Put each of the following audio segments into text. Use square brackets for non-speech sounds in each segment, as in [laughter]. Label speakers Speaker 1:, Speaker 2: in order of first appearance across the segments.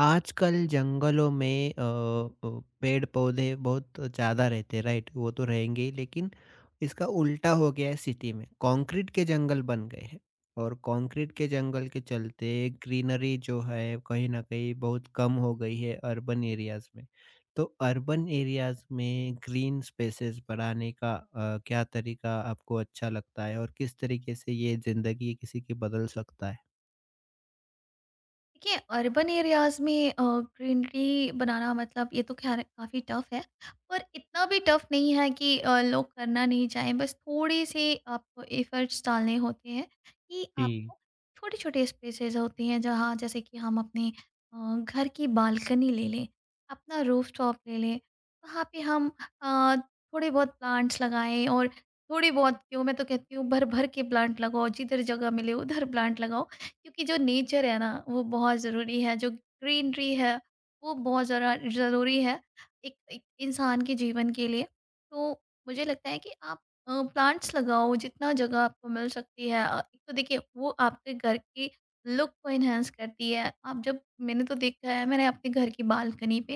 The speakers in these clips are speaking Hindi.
Speaker 1: आजकल जंगलों में पेड़ पौधे बहुत ज़्यादा रहते हैं राइट। वो तो रहेंगे ही लेकिन इसका उल्टा हो गया है। सिटी में कंक्रीट के जंगल बन गए हैं और कंक्रीट के जंगल के चलते ग्रीनरी जो है कहीं ना कहीं बहुत कम हो गई है अर्बन एरियाज में। तो अर्बन एरियाज में ग्रीन स्पेसेस बढ़ाने का क्या तरीका आपको अच्छा लगता है और किस तरीके से ये जिंदगी किसी की बदल सकता है?
Speaker 2: देखिए, अर्बन एरियाज में ग्रीनरी बनाना मतलब ये तो खैर काफ़ी टफ है। पर इतना भी टफ नहीं है कि लोग करना नहीं चाहें। बस थोड़े से आपको एफर्ट्स डालने होते हैं कि
Speaker 1: जी।
Speaker 2: आपको छोटे छोटे स्पेसेस होती हैं जहाँ, जैसे कि हम अपने घर की बालकनी ले लें, अपना रूफ टॉप ले लें, वहाँ पे हम अ, थोड़े बहुत प्लांट्स लगाएं। और थोड़ी बहुत क्यों, मैं तो कहती हूँ भर भर के प्लांट लगाओ, जिधर जगह मिले उधर प्लांट लगाओ, क्योंकि जो नेचर है ना वो बहुत ज़रूरी है, जो ग्रीनरी है वो बहुत ज़रा ज़रूरी है एक एक इंसान के जीवन के लिए। तो मुझे लगता है कि आप प्लांट्स लगाओ जितना जगह आपको मिल सकती है। एक तो देखिए, वो आपके घर की लुक को एनहांस करती है। आप जब मैंने तो देखा है, मैंने अपने घर की बालकनी पे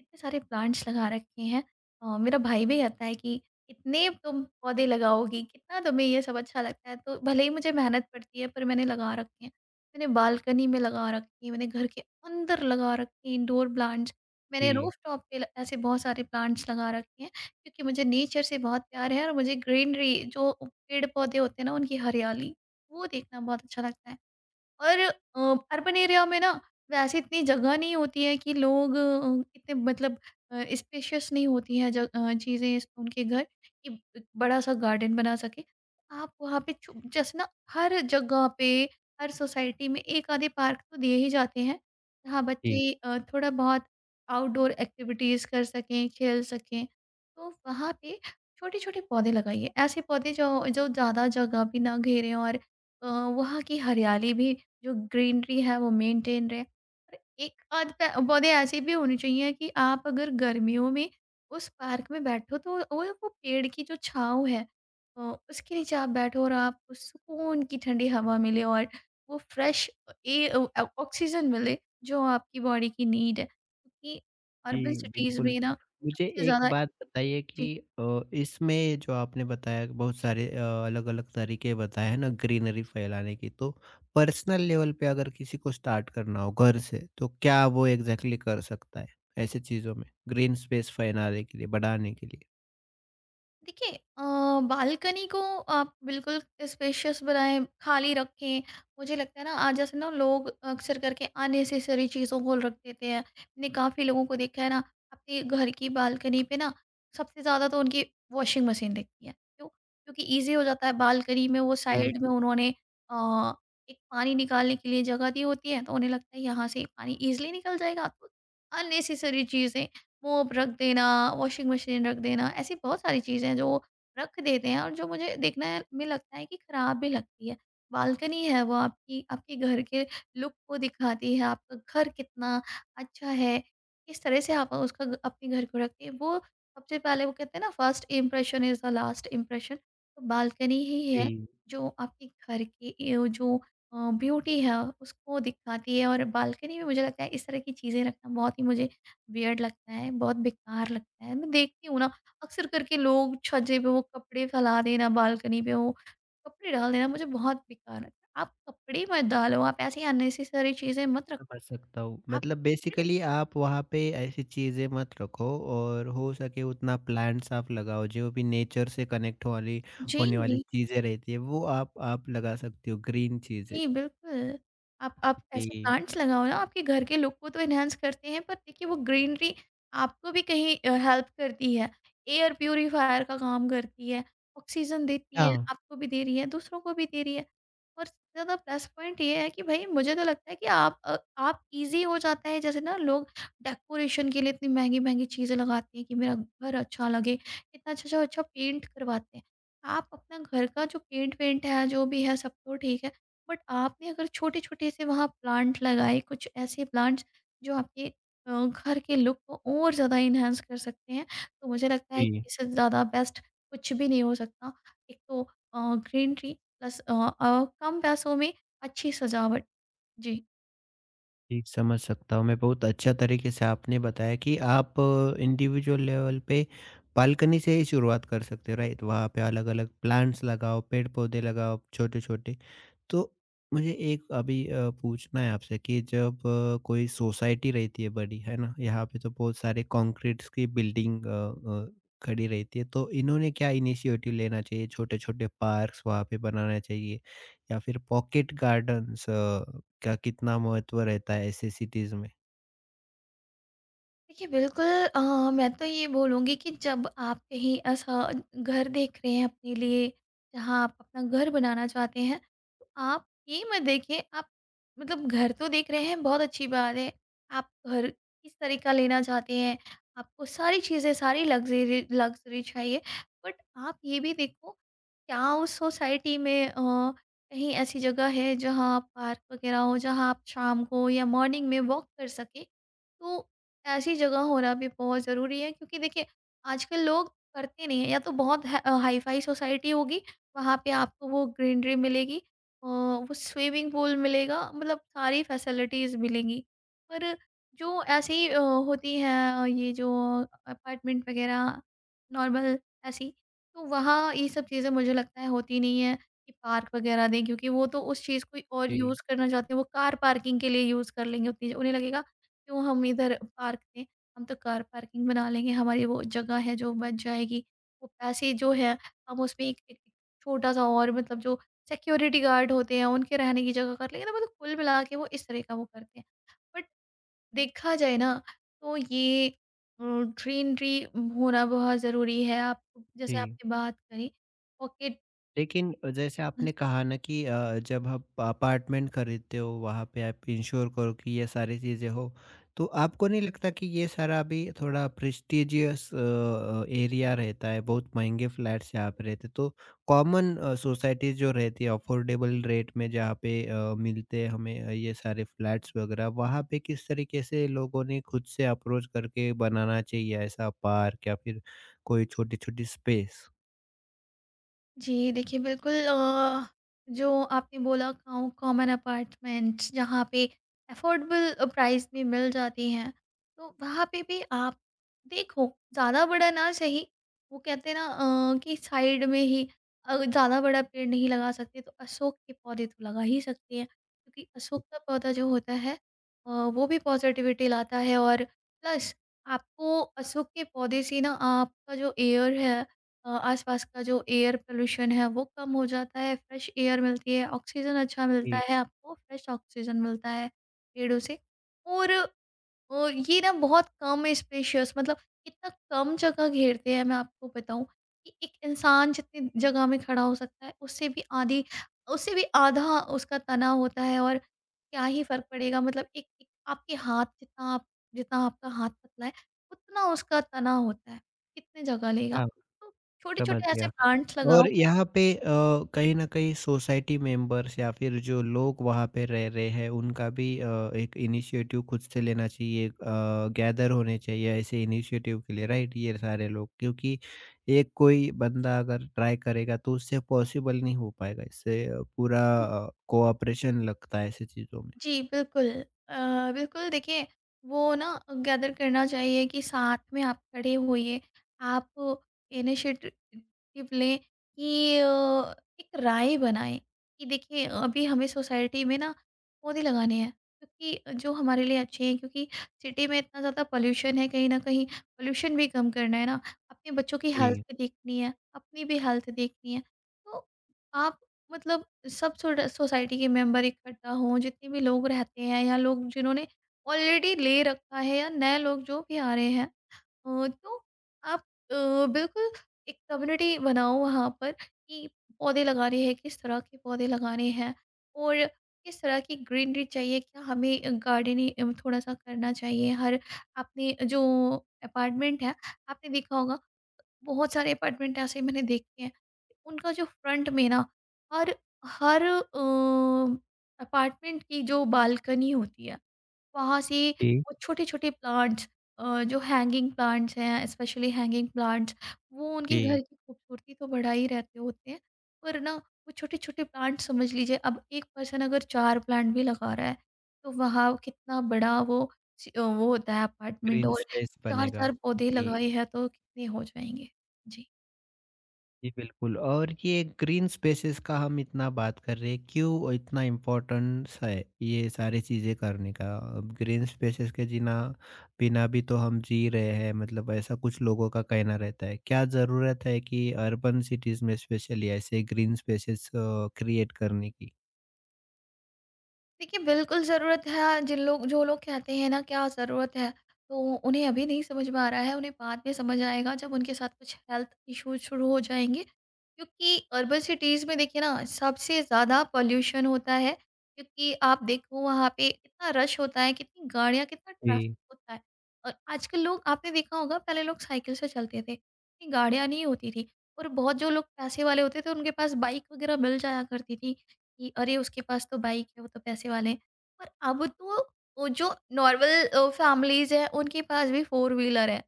Speaker 2: इतने सारे प्लांट्स लगा रखे हैं। मेरा भाई भी कहता है कि "इतने तुम पौधे लगाओगी, कितना तुम्हें ये सब अच्छा लगता है।" तो भले ही मुझे मेहनत पड़ती है, पर मैंने लगा रखे हैं। मैंने बालकनी में लगा रखी है, मैंने घर के अंदर लगा रखी है इंडोर प्लांट्स, मैंने रूफ टॉप पे ल ऐसे बहुत सारे प्लांट्स लगा रखे हैं, क्योंकि मुझे नेचर से बहुत प्यार है और मुझे ग्रीनरी, जो पेड़-पौधे होते हैं ना, उनकी हरियाली, वो देखना बहुत अच्छा लगता है। और अर्बन एरिया में ना, वैसे इतनी जगह नहीं होती है कि लोग इतने, मतलब स्पेशियस नहीं होती हैं चीज़ें, उनके घर, कि बड़ा सा गार्डन बना सके। आप वहाँ पे जैसे ना, हर जगह पे, हर सोसाइटी में एक आधे पार्क तो दिए ही जाते हैं, जहाँ
Speaker 1: जी।
Speaker 2: बच्चे थोड़ा बहुत आउटडोर एक्टिविटीज़ कर सकें, खेल सकें। तो वहाँ पे छोटे छोटे पौधे लगाइए, ऐसे पौधे जो जो ज़्यादा जगह भी ना घेरें और अ, वहाँ की हरियाली भी, जो ग्रीनरी है वो मेंटेन रहे। और एक आध पौधे ऐसे भी होने चाहिए कि आप अगर गर्मियों में उस पार्क में बैठो, तो वो पेड़ की जो छाँव है, अ, उसके नीचे आप बैठो और आपको सुकून की ठंडी हवा मिले और वो फ्रेश ऑक्सीजन मिले, जो आपकी बॉडी की नीड है। क्योंकि अर्बन
Speaker 1: जी,
Speaker 2: सिटीज
Speaker 1: बिल्कुल।
Speaker 2: में ना,
Speaker 1: मुझे
Speaker 2: सबसे
Speaker 1: एक
Speaker 2: ज़्यादा
Speaker 1: बात बताइए कि इसमें जो आपने बताया कि बहुत सारे अलग-अलग तरीके बताए हैं ना ग्रीनरी फैलाने की, तो पर्सनल लेवल पे अगर किसी को स्टार्ट करना हो घर से, तो क्या वो एग्ज़ैक्टली कर सकता है ऐसी चीज़ों में? ग्रीन स्पेस फैलाने के लिए, बढ़ाने के लिए?
Speaker 2: देखिए अ, बालकनी को आप बिल्कुल स्पेशियस बनाएं, खाली रखें। मुझे लगता है ना, आज जैसे ना, लोग अक्सर करके अननेसेसरी चीज़ों को रख देते हैं। मैंने काफ़ी लोगों को देखा है ना, अपने घर की बालकनी पे ना सबसे ज़्यादा तो उनकी वॉशिंग मशीन दिखती है, क्यों? क्योंकि ईजी हो जाता है, बालकनी में वो
Speaker 1: जी।
Speaker 2: साइड में उन्होंने अ, एक पानी निकालने के लिए जगह दी होती है, तो उन्हें लगता है यहाँ से पानी ईजिली निकल जाएगा। तो अननेसेसरी चीज़ें, मोप रख देना, वॉशिंग मशीन रख देना, ऐसी बहुत सारी चीज़ें हैं जो वो रख देते हैं, और जो मुझे देखने में लगता है कि खराब भी लगती है। बालकनी है वो आपकी, आपके घर के लुक को दिखाती है, आपका घर कितना अच्छा है, किस तरह से आप उसका ग अपने घर को रखते हैं। वो सबसे पहले, वो कहते हैं ना, first impression is the last impression, तो बालकनी ही है
Speaker 1: जी।
Speaker 2: जो आपके घर की जो ब्यूटी है उसको दिखाती है। और बालकनी में मुझे लगता है इस तरह की चीज़ें रखना बहुत ही मुझे वियर्ड लगता है, बहुत बेकार लगता है। मैं देखती हूँ ना, अक्सर करके लोग छज्जे पे वो कपड़े फैला देना, बालकनी पे वो कपड़े डाल देना, मुझे बहुत बेकार लगता है। आप कपड़े मत डालो, आप ऐसी अननेसेसरी चीज़ें मत
Speaker 1: समझ
Speaker 2: रखो।
Speaker 1: सकता हूँ।
Speaker 2: आप
Speaker 1: मतलब बेसिकली आप वहाँ पे ऐसी चीज़ें मत रखो और हो सके उतना प्लांट्स आप लगाओ। जो भी नेचर से कनेक्ट वाली
Speaker 2: जी।
Speaker 1: होने वाली चीज़ें रहती है वो आप लगा सकती हो ग्रीन चीज़ें।
Speaker 2: जी, बिल्कुल। आप ऐसे
Speaker 1: जी।
Speaker 2: प्लांट्स लगाओ ना, आपके घर के लुक को तो एनहांस करते हैं, पर देखिए वो ग्रीनरी आपको भी कहीं हेल्प करती है। एयर प्यूरीफायर का काम करती है, ऑक्सीजन देती है,
Speaker 1: हाँ।
Speaker 2: आपको भी दे रही है, दूसरों को भी दे रही है। और सबसे ज़्यादा प्लस पॉइंट ये है कि भई, मुझे तो लगता है कि आप आप ईज़ी हो जाता है, जैसे ना लोग डेकोरेशन के लिए इतनी महँगी-महँगी चीज़ें लगाते हैं कि मेरा घर अच्छा लगे, इतना अच्छा-अच्छा अच्छा अच्छा पेंट करवाते हैं। आप अपना घर का जो पेंट वेंट है, जो भी है सब तो ठीक है, बट आपने अगर छोटे-छोटे से वहाँ प्लांट लगाए, कुछ ऐसे प्लांट्स जो आपके घर के लुक को और ज़्यादा एनहांस कर सकते हैं, तो मुझे लगता है
Speaker 1: जी।
Speaker 2: कि इससे ज़्यादा बेस्ट कुछ भी नहीं हो सकता। एक तो ग्रीनरी, प्लस कम पैसों में अच्छी सजावट। जी।
Speaker 1: जी, समझ सकता हूँ। मैं बहुत अच्छा तरीके से आपने बताया कि आप इंडिविजुअल लेवल पे बालकनी से ही शुरुआत कर सकते हो राइट? वहाँ पे अलग-अलग प्लांट्स लगाओ, पेड़-पौधे लगाओ छोटे-छोटे। तो मुझे एक अभी पूछना है आपसे कि जब कोई सोसाइटी रहती है बड़ी, है ना? यहाँ पे तो बहुत सारे कंक्रीट्स की बिल्डिंग खड़ी रहती है, तो इन्होंने क्या इनिशिएटिव लेना चाहिए? छोटे-छोटे पार्क्स वहाँ पे बनाना चाहिए या फिर पॉकेट गार्डन्स का कितना महत्व रहता है ऐसे सिटीज़ में?
Speaker 2: देखिए, बिल्कुल। अ, मैं तो ये बोलूँगी कि जब आप कहीं ऐसा घर देख रहे हैं अपने लिए, जहाँ आप अपना घर बनाना चाहते हैं, तो आप ये मत देखिए। आप, मतलब घर तो देख रहे हैं, बहुत अच्छी बात है। आप घर किस तरह का लेना चाहते हैं, आपको सारी चीज़ें, सारी लग्ज़री लग्ज़री चाहिए। बट आप ये भी देखो, क्या उस सोसाइटी में कहीं ऐसी जगह है जहाँ पार्क वग़ैरह हो, जहाँ आप शाम को या मॉर्निंग में वॉक कर सकें? तो ऐसी जगह होना भी बहुत ज़रूरी है, क्योंकि देखिए, आजकल लोग करते नहीं हैं। या तो बहुत हा हाई-फ़ाई सोसाइटी होगी, वहाँ पे आपको वो ग्रीनरी मिलेगी, वो स्विमिंग पूल मिलेगा, मतलब सारी फैसिलिटीज़ मिलेंगी। पर जो ऐसे ही होती हैं, ये जो अपार्टमेंट वग़ैरह, नॉर्मल ऐसी, तो वहाँ ये सब चीज़ें मुझे लगता है होती नहीं है कि पार्क वग़ैरह दें, क्योंकि वो तो उस चीज़ को और
Speaker 1: जी।
Speaker 2: यूज़ करना चाहते हैं, वो कार पार्किंग के लिए यूज़ कर लेंगे, उतनी उन्हें लगेगा क्यों हम इधर पार्क में, हम तो कार पार्किंग बना लेंगे। हमारी वो जगह है जो बच जाएगी, वो पैसे जो है, हम उसमें एक छोटा सा और, मतलब जो सिक्योरिटी गार्ड होते हैं उनके रहने की जगह कर लेंगे ना, मतलब कुल मिला के वो इस तरह का वो करते हैं। बट देखा जाए ना, तो ये ग्रीनरी होना बहुत ज़रूरी है। आप जैसे
Speaker 1: जी।
Speaker 2: आपने बात करी पॉकेट।
Speaker 1: लेकिन जैसे आपने कहा ना कि जब आप अपार्टमेंट खरीदते हो वहाँ पे आप इंश्योर करो कि ये सारी चीज़ें हो, तो आपको नहीं लगता कि ये सारा अभी थोड़ा प्रेस्टिजियस एरिया रहता है? बहुत महंगे फ्लैट्स यहाँ पे रहते, तो कॉमन सोसाइटीज जो रहती है अफोर्डेबल रेट में जहाँ पे मिलते हैं हमें ये सारे फ्लैट्स वगैरह, वहाँ पे किस तरीके से लोगों ने खुद से अप्रोच करके बनाना चाहिए ऐसा पार्क या फिर कोई छोटी छोटी स्पेस?
Speaker 2: जी, देखिए बिल्कुल, जो आपने बोला काउ कॉमन अपार्टमेंट्स जहाँ पे अफोर्डेबल प्राइस में मिल जाती हैं, तो वहाँ पे भी आप देखो, ज़्यादा बड़ा ना सही, वो कहते हैं ना कि साइड में ही ज़्यादा बड़ा पेड़ नहीं लगा सकते, तो अशोक के पौधे तो लगा ही सकते हैं, क्योंकि अशोक का पौधा जो होता है, वो भी पॉज़िटिविटी लाता है और प्लस, आपको अशोक के पौधे से ना आपका जो एयर है, आसपास का जो एयर पोल्यूशन है वो कम हो जाता है, फ्रेश एयर मिलती है, ऑक्सीजन अच्छा मिलता
Speaker 1: जी।
Speaker 2: है आपको, फ्रेश ऑक्सीजन मिलता है पेड़ों से। और और ये ना बहुत कम स्पेशियस, मतलब इतना कम जगह घेरते हैं। मैं आपको बताऊं कि एक इंसान जितनी जगह में खड़ा हो सकता है उससे भी आधी, उससे भी आधा उसका तना होता है। और क्या ही फर्क पड़ेगा, मतलब एक आपके हाथ जितना, आप जितना आपका हाथ पतला है उतना उसका तना होता है, कितने जगह लेगा?
Speaker 1: हाँ,
Speaker 2: तो छोटे
Speaker 1: समझ
Speaker 2: छोटे ऐसे
Speaker 1: गया।
Speaker 2: प्लांट्स लगाओ।
Speaker 1: और यहाँ पे कहीं न कहीं सोसाइटी मेंबर्स या फिर जो लोग वहाँ पे रह रहे हैं उनका भी एक इनिशिएटिव खुद से लेना चाहिए, गैदर होने चाहिए ऐसे इनिशिएटिव के लिए राइट? ये सारे लोग क्योंकि एक कोई बंदा अगर ट्राई करेगा तो उससे पॉसिबल नहीं हो पाएगा, इससे पूरा कोऑपरेशन लगता है ऐसी चीज़ों में।
Speaker 2: जी, बिल्कुल। बिल्कुल देखिए, वो ना गैदर करना चाहिए कि साथ में आप खड़े होइए। आप इनिशिएटिव लें कि एक राय बनाएँ कि देखिए, अभी हमें सोसाइटी में ना पौधे लगाने हैं, क्योंकि जो हमारे लिए अच्छे हैं, क्योंकि सिटी में इतना ज़्यादा पॉल्यूशन है, कहीं न कहीं पॉल्यूशन भी कम करना है ना। अपने बच्चों की
Speaker 1: जी।
Speaker 2: हेल्थ देखनी है, अपनी भी हेल्थ देखनी है। तो आप, मतलब सोसाइटी के मेंबर इकट्ठा हों, जितने भी लोग रहते हैं या लोग जिन्होंने ऑलरेडी ले रखा है या नए लोग जो भी आ रहे हैं, तो आप अ, बिल्कुल एक कम्युनिटी बनाओ वहाँ पर, कि पौधे लगा रहे हैं, किस तरह के पौधे लगाने हैं और किस तरह की ग्रीनरी चाहिए, क्या हमें गार्डनिंग थोड़ा सा करना चाहिए? हर आपने जो अपार्टमेंट है, आपने देखा होगा बहुत सारे अपार्टमेंट ऐसे मैंने देखे हैं, उनका जो फ्रंट में ना, हर हर अपार्टमेंट की जो बालकनी होती है वहाँ से
Speaker 1: जी।
Speaker 2: वो छोटे-छोटे प्लांट्स, जो हैंगिंग प्लांट्स हैं, स्पेशली हैंगिंग प्लांट्स, वो उनके घर
Speaker 1: जी।
Speaker 2: की खूबसूरती तो बढ़ा ही रहते होते हैं, पर ना वो छोटे-छोटे प्लांट, समझ लीजिए अब एक पर्सन अगर 4 प्लांट भी लगा रहा है, तो वहाँ कितना बड़ा वो च वो होता है अपार्टमेंट,
Speaker 1: ग्रीन
Speaker 2: और
Speaker 1: स्पेस बनेगा।
Speaker 2: 4-4 पौधे
Speaker 1: जी।
Speaker 2: लगाए हैं तो कितने हो जाएँगे? जी।
Speaker 1: जी, बिल्कुल। और ये ग्रीन स्पेसेस का हम इतना बात कर रहे हैं क्यों? इतना इम्पोर्टेंस है ये सारी चीज़ें करने का? ग्रीन स्पेसेस के जीना बिना भी तो हम जी रहे हैं, मतलब ऐसा कुछ लोगों का कहना रहता है। क्या ज़रूरत है कि अर्बन सिटीज़ में स्पेशली ऐसे ग्रीन स्पेसेस क्रिएट करने की?
Speaker 2: देखिए, बिल्कुल ज़रूरत है। जिन लोग जो लोग कहते हैं ना क्या ज़रूरत है, तो उन्हें अभी नहीं समझ में आ रहा है, उन्हें बाद में समझ आएगा जब उनके साथ कुछ हेल्थ इश्यूज़ शुरू हो जाएँगे, क्योंकि अर्बन सिटीज़ में देखिए ना, सबसे ज़्यादा पॉल्यूशन होता है, क्योंकि आप देखो वहाँ पे कितना रश होता है, कितनी गाड़ियाँ, कितना ट्रैफ़िक
Speaker 1: जी।
Speaker 2: होता है। और आजकल लोग, आपने देखा होगा पहले लोग साइकिल से चलते थे, इतनी गाड़ियाँ नहीं होती थी, और बहुत जो लोग पैसे वाले होते थे उनके पास बाइक वगैरह मिल जाया करती थी, कि अरे! उसके पास तो बाइक है, वो तो पैसे वाले हैं। पर अब तो वो जो नॉर्मल फैमिलीज़ हैं, उनके पास भी फोर व्हीलर है।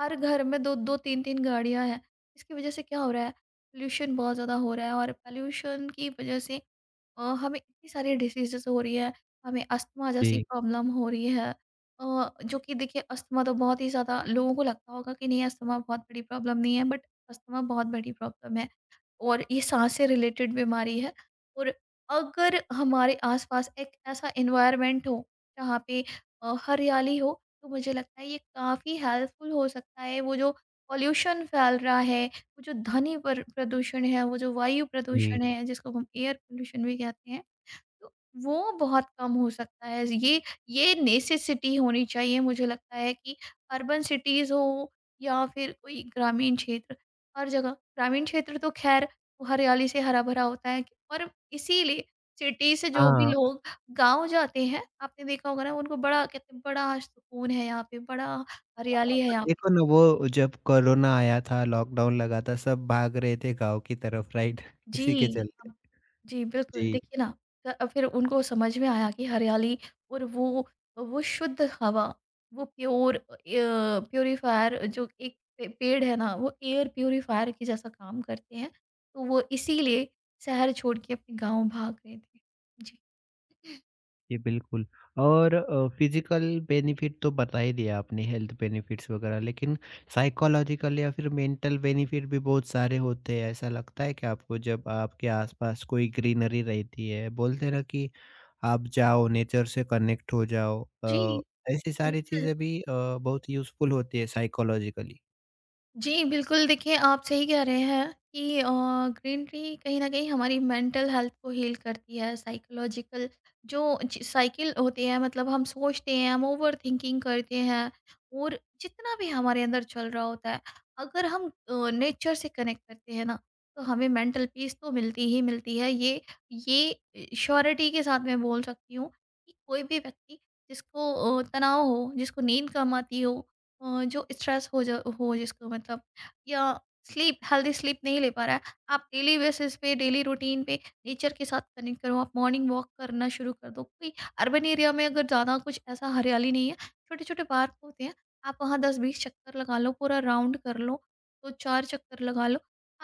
Speaker 2: हर घर में 2-2 3-3 गाड़ियाँ हैं। इसकी वज़ह से क्या हो रहा है, पॉल्यूशन बहुत ज़्यादा हो रहा है, और पॉल्यूशन की वज़ह से हमें इतनी सारी डिसीज़ेज़ हो रही है, हमें अस्थमा जैसी
Speaker 1: जी।
Speaker 2: प्रॉब्लम हो रही है। जो कि देखिए, अस्थमा तो बहुत ही ज़्यादा लोगों को लगता होगा कि नहीं, अस्थमा बहुत बड़ी प्रॉब्लम नहीं है, बट अस्थमा बहुत बड़ी प्रॉब्लम है। और ये सांस से रिलेटेड बीमारी है। और अगर हमारे आसपास एक ऐसा एनवायरनमेंट हो जहाँ पे हरियाली हो, तो मुझे लगता है ये काफ़ी हेल्पफुल हो सकता है। वो जो पॉल्यूशन फैल रहा है, वो जो ध्वनि पर प्रदूषण है, वो जो वायु
Speaker 1: जी।
Speaker 2: प्रदूषण है जिसको हम एयर पोल्यूशन भी कहते हैं, तो वो बहुत कम हो सकता है। ये नेसेसिटी होनी चाहिए। मुझे लगता है कि अर्बन सिटीज़ हो या फिर कोई ग्रामीण क्षेत्र, हर जगह। ग्रामीण क्षेत्र तो ख़ैर हरियाली से हरा-भरा होता है, और इसीलिए सिटी से जो भी
Speaker 1: हाँ,
Speaker 2: लोग गाँव जाते हैं, आपने देखा होगा ना, उनको बड़ा कहते हैं, बड़ा सुकून है यहाँ पे, बड़ा हरियाली है
Speaker 1: और
Speaker 2: यहाँ पे।
Speaker 1: देखो ना, वो जब कोरोना आया था लॉकडाउन लगा था सब भाग रहे थे गाँव की तरफ राइट? [laughs] इसी के
Speaker 2: जी।
Speaker 1: चलते।
Speaker 2: जी, बिल्कुल।
Speaker 1: जी।
Speaker 2: देखिए ना, फिर उनको समझ में आया कि हरियाली और वो शुद्ध हवा, वो प्यूरीफायर, जो एक पे पेड़ है ना, वो एयर प्यूरीफायर के जैसा काम करते हैं। तो वो इसीलिए शहर छोड़ के अपने गाँव भाग गए थे। जी।
Speaker 1: जी, बिल्कुल। और फिजिकल बेनिफिट तो बता ही दिया आपने, हेल्थ बेनिफिट्स वगैरह, लेकिन साइकोलॉजिकल या फिर मेंटल बेनिफिट भी बहुत सारे होते हैं। ऐसा लगता है कि आपको जब आपके आसपास कोई ग्रीनरी रहती है, बोलते हैं ना कि आप जाओ नेचर से कनेक्ट हो जाओ,
Speaker 2: जी,
Speaker 1: ऐसी सारी
Speaker 2: बिल्कुल।
Speaker 1: चीज़ें भी बहुत यूज़फुल होती है साइकोलॉजिकली।
Speaker 2: जी, बिल्कुल, देखिए, आप सही कह रहे हैं कि ग्रीनरी कहीं न कहीं हमारी मेंटल हेल्थ को हील करती है, साइकोलॉजिकल जो च साइकिल होती है, मतलब हम सोचते हैं, हम ओवरथिंकिंग करते हैं, और जितना भी हमारे अंदर चल रहा होता है, अगर हम नेचर से कनेक्ट करते हैं ना, तो हमें मेंटल पीस तो मिलती ही मिलती है। ये श्योरिटी के साथ मैं बोल सकती हूँ कि कोई भी व्यक्ति जिसको तनाव हो, जिसको नींद कम आती हो, अ, जो स्ट्रेस हो, जिसको मतलब, या स्लीप हेल्दी स्लीप नहीं ले पा रहा है, आप डेली बेसिस पे, डेली रूटीन पे नेचर के साथ कनेक्ट करो। आप मॉर्निंग वॉक करना शुरू कर दो। कोई अर्बन एरिया में अगर ज़्यादा कुछ ऐसा हरियाली नहीं है, छोटे छोटे पार्क होते हैं, आप वहाँ 10 20 चक्कर लगा लो, पूरा राउंड कर लो, तो चार चक्कर लगा लो।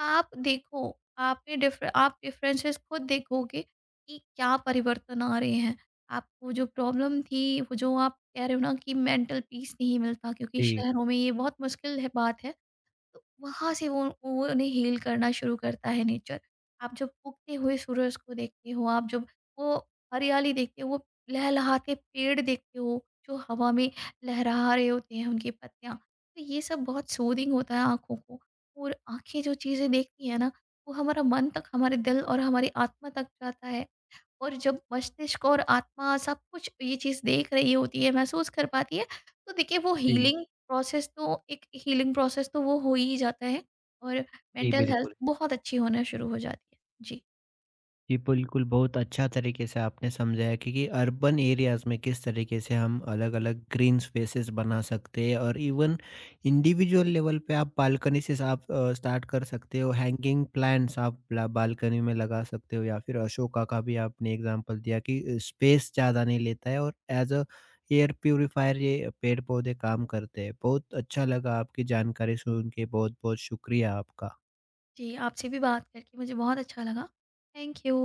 Speaker 2: आप देखो, आपने डिफर आप डिफरेंसेस खुद देखोगे कि क्या परिवर्तन आ रहे हैं। आपको जो प्रॉब्लम थी, वो जो आप कह रहे हो ना कि मेंटल पीस नहीं मिलता, क्योंकि
Speaker 1: जी।
Speaker 2: शहरों में ये बहुत मुश्किल है बात है, तो वहाँ से वो उन्हें हील करना शुरू करता है, नेचर। आप जब उगते हुए सूरज को देखते हो, आप जब वो हरियाली देखते हो, वो लहलहाते पेड़ देखते हो जो हवा में लहरा रहे होते हैं उनकी पत्तियाँ, तो ये सब बहुत सूदिंग होता है आँखों को। और आँखें जो चीज़ें देखती हैं ना, वो हमारा मन तक, हमारे दिल और हमारी आत्मा तक जाता है। और जब मस्तिष्क और आत्मा सब कुछ ये चीज़ देख रही होती है, महसूस कर पाती है, तो देखिए वो
Speaker 1: जी।
Speaker 2: हीलिंग प्रोसेस तो एक हीलिंग प्रोसेस तो वो हो ही जाता है, और
Speaker 1: जी,
Speaker 2: मेंटल हेल्थ
Speaker 1: बिल्कुल।
Speaker 2: बहुत अच्छी होना शुरू हो जाती है। जी।
Speaker 1: जी, बिल्कुल, बहुत अच्छा तरीके से आपने समझाया कि अर्बन एरियाज़ में किस तरीके से हम अलग-अलग ग्रीन स्पेसेस बना सकते हैं। और इवन इंडिविजुअल लेवल पे आप बालकनी से आप स्टार्ट कर सकते हो, हैंगिंग प्लांट्स आप ब्ला बालकनी में लगा सकते हो या फिर अशोका का भी आपने एग्ज़ाम्पल दिया कि स्पेस ज़्यादा नहीं लेता है और एज़ अ एयर प्यूरीफायर ये पेड़-पौधे काम करते हैं। बहुत अच्छा लगा आपकी जानकारी सुन के, बहुत-बहुत शुक्रिया आपका।
Speaker 2: जी, आपसे भी बात करके मुझे बहुत अच्छा लगा। Thank you.